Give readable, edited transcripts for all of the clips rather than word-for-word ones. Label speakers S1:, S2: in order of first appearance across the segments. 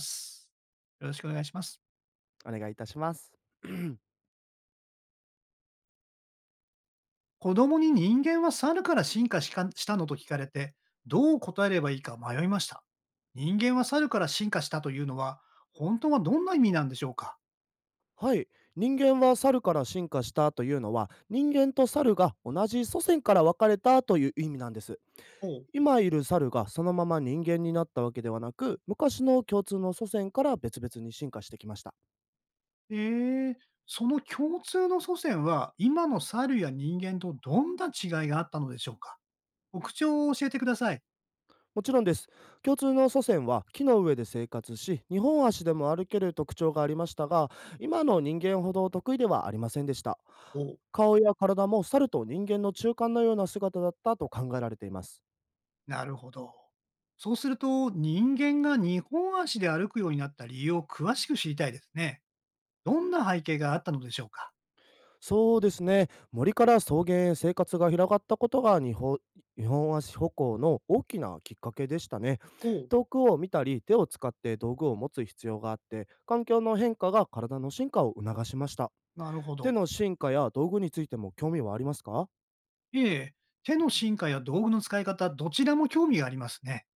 S1: ます。よろしくお願いします。
S2: お願いいたします。
S1: 子供に人間は猿から進化しかしたのと聞かれて、どう答えればいいか迷いました。人間は猿から進化したというのは、本当はどんな意味なんでしょうか？
S2: はい。人間は猿から進化したというのは、人間と猿が同じ祖先から分かれたという意味なんです。
S1: おう。
S2: 今いる猿がそのまま人間になったわけではなく、昔の共通の祖先から別々に進化してきました。
S1: えー、その共通の祖先は、今の猿や人間とどんな違いがあったのでしょうか？特徴を教えてください。
S2: もちろんです。共通の祖先は木の上で生活し、二本足でも歩ける特徴がありましたが、今の人間ほど得意ではありませんでした。
S1: おう。
S2: 顔や体も猿と人間の中間のような姿だったと考えられています。
S1: なるほど。そうすると、人間が二本足で歩くようになった理由を詳しく知りたいですね。どんな背景があったのでしょうか？
S2: そうですね。森から草原へ生活が広がったことが、日本足歩行の大きなきっかけでしたね。
S1: ほう。
S2: 遠くを見たり手を使って道具を持つ必要があって、環境の変化が体の進化を促しました。
S1: なるほ
S2: 手
S1: ど。
S2: の進化や道具についても興味はありますか？
S1: ええ、手の進化や道具の使い方、どちらも興味がありますね。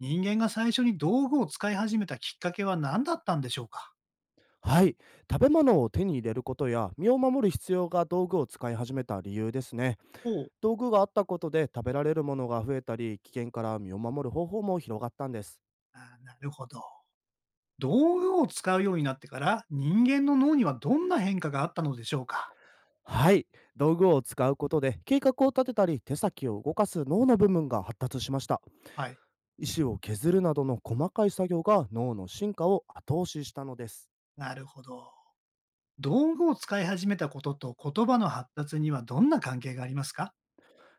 S1: 人間が最初に道具を使い始めたきっかけは何だったんでしょうか？
S2: はい。食べ物を手に入れることや身を守る必要が、道具を使い始めた理由ですね。
S1: ほう。
S2: 道具があったことで、食べられるものが増えたり、危険から身を守る方法も広がったんです。
S1: あー、なるほど。道具を使うようになってから人間の脳にはどんな変化があったのでしょうか？
S2: はい、道具を使うことで計画を立てたり、手先を動かす脳の部分が発達しました。
S1: はい。
S2: 石を削るなどの細かい作業が脳の進化を後押ししたのです。
S1: なるほど。道具を使い始めたことと言葉の発達にはどんな関係がありますか？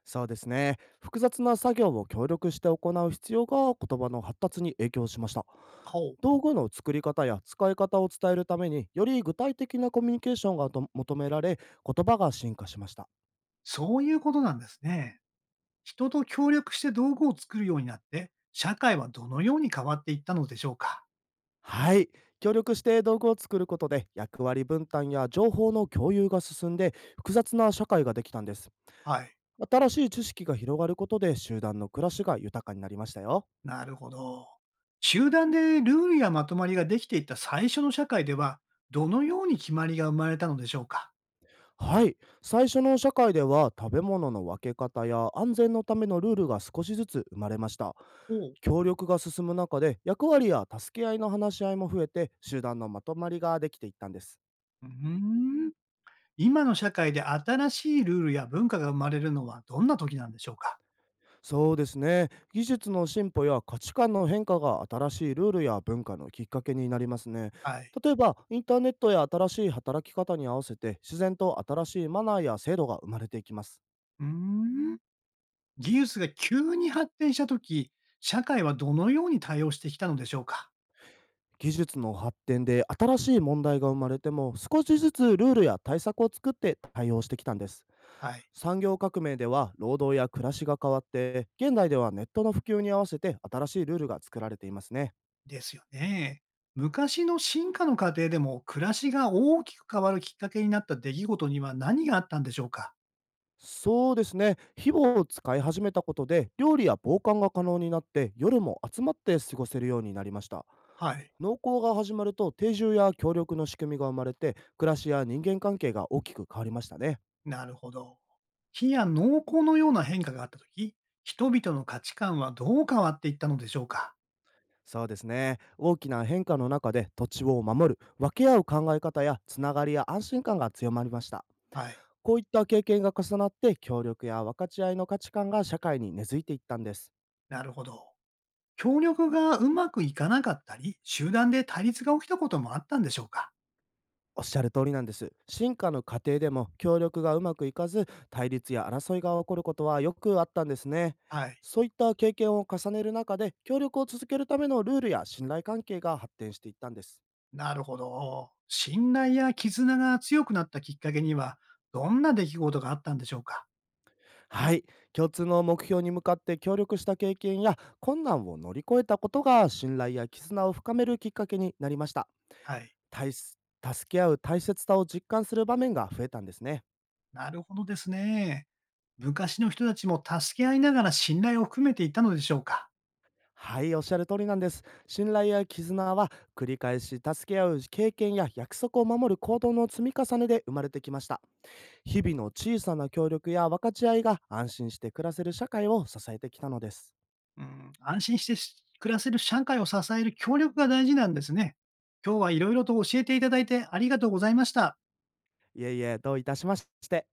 S2: そうですね。複雑な作業を協力して行う必要が、言葉の発達に影響しました。
S1: ほう。
S2: 道具の作り方や使い方を伝えるために、より具体的なコミュニケーションがと求められ、言葉が進化しました。
S1: そういうことなんですね。人と協力して道具を作るようになって、社会はどのように変わっていったのでしょうか？
S2: はい。協力して道具を作ることで、役割分担や情報の共有が進んで、複雑な社会ができたんです。
S1: はい。
S2: 新しい知識が広がることで、集団の暮らしが豊かになりましたよ。
S1: なるほど。集団でルールやまとまりができていった最初の社会では、どのように決まりが生まれたのでしょうか？
S2: はい。最初の社会では、食べ物の分け方や安全のためのルールが少しずつ生まれました。
S1: ほう。
S2: 協力が進む中で、役割や助け合いの話し合いも増えて、集団のまとまりができていったんです。
S1: うーん、今の社会で新しいルールや文化が生まれるのはどんな時なんでしょうか？
S2: そうですね。技術の進歩や価値観の変化が、新しいルールや文化のきっかけになりますね。
S1: はい。
S2: 例えば、インターネットや新しい働き方に合わせて、自然と新しいマナーや制度が生まれていきます。
S1: うーん、技術が急に発展した時、社会はどのように対応してきたのでしょうか？
S2: 技術の発展で新しい問題が生まれても、少しずつルールや対策を作って対応してきたんです。
S1: はい。
S2: 産業革命では労働や暮らしが変わって、現代ではネットの普及に合わせて新しいルールが作られていますね。
S1: ですよね。昔の進化の過程でも暮らしが大きく変わるきっかけになった出来事には何があったんでしょうか？
S2: そうですね。火を使い始めたことで、料理や防寒が可能になって、夜も集まって過ごせるようになりました。
S1: はい。
S2: 農耕が始まると、定住や協力の仕組みが生まれて、暮らしや人間関係が大きく変わりましたね。
S1: なるほど。火や農耕のような変化があったとき、人々の価値観はどう変わっていったのでしょうか？
S2: そうですね。大きな変化の中で、土地を守る、分け合う考え方やつながりや安心感が強まりました。
S1: はい。
S2: こういった経験が重なって、協力や分かち合いの価値観が社会に根付いていったんです。
S1: なるほど。協力がうまくいかなかったり、集団で対立が起きたこともあったんでしょうか？
S2: おっしゃる通りなんです。進化の過程でも協力がうまくいかず、対立や争いが起こることはよくあったんですね。
S1: はい。
S2: そういった経験を重ねる中で、協力を続けるためのルールや信頼関係が発展していったんです。
S1: なるほど。信頼や絆が強くなったきっかけには、どんな出来事があったんでしょうか？
S2: はい、共通の目標に向かって協力した経験や困難を乗り越えたことが、信頼や絆を深めるきっかけになりました。
S1: はい。
S2: 大す助け合う大切さを実感する場面が増えたんですね。
S1: なるほどですね。昔の人たちも助け合いながら信頼を含めていたのでしょうか。
S2: はい、おっしゃる通りなんです。信頼や絆は繰り返し助け合う経験や、約束を守る行動の積み重ねで生まれてきました。日々の小さな協力や分かち合いが、安心して暮らせる社会を支えてきたのです。
S1: うん、安心して暮らせる社会を支える協力が大事なんですね。今日はいろいろと教えていただいてありがとうございました。
S2: いえいえ、どういたしまして。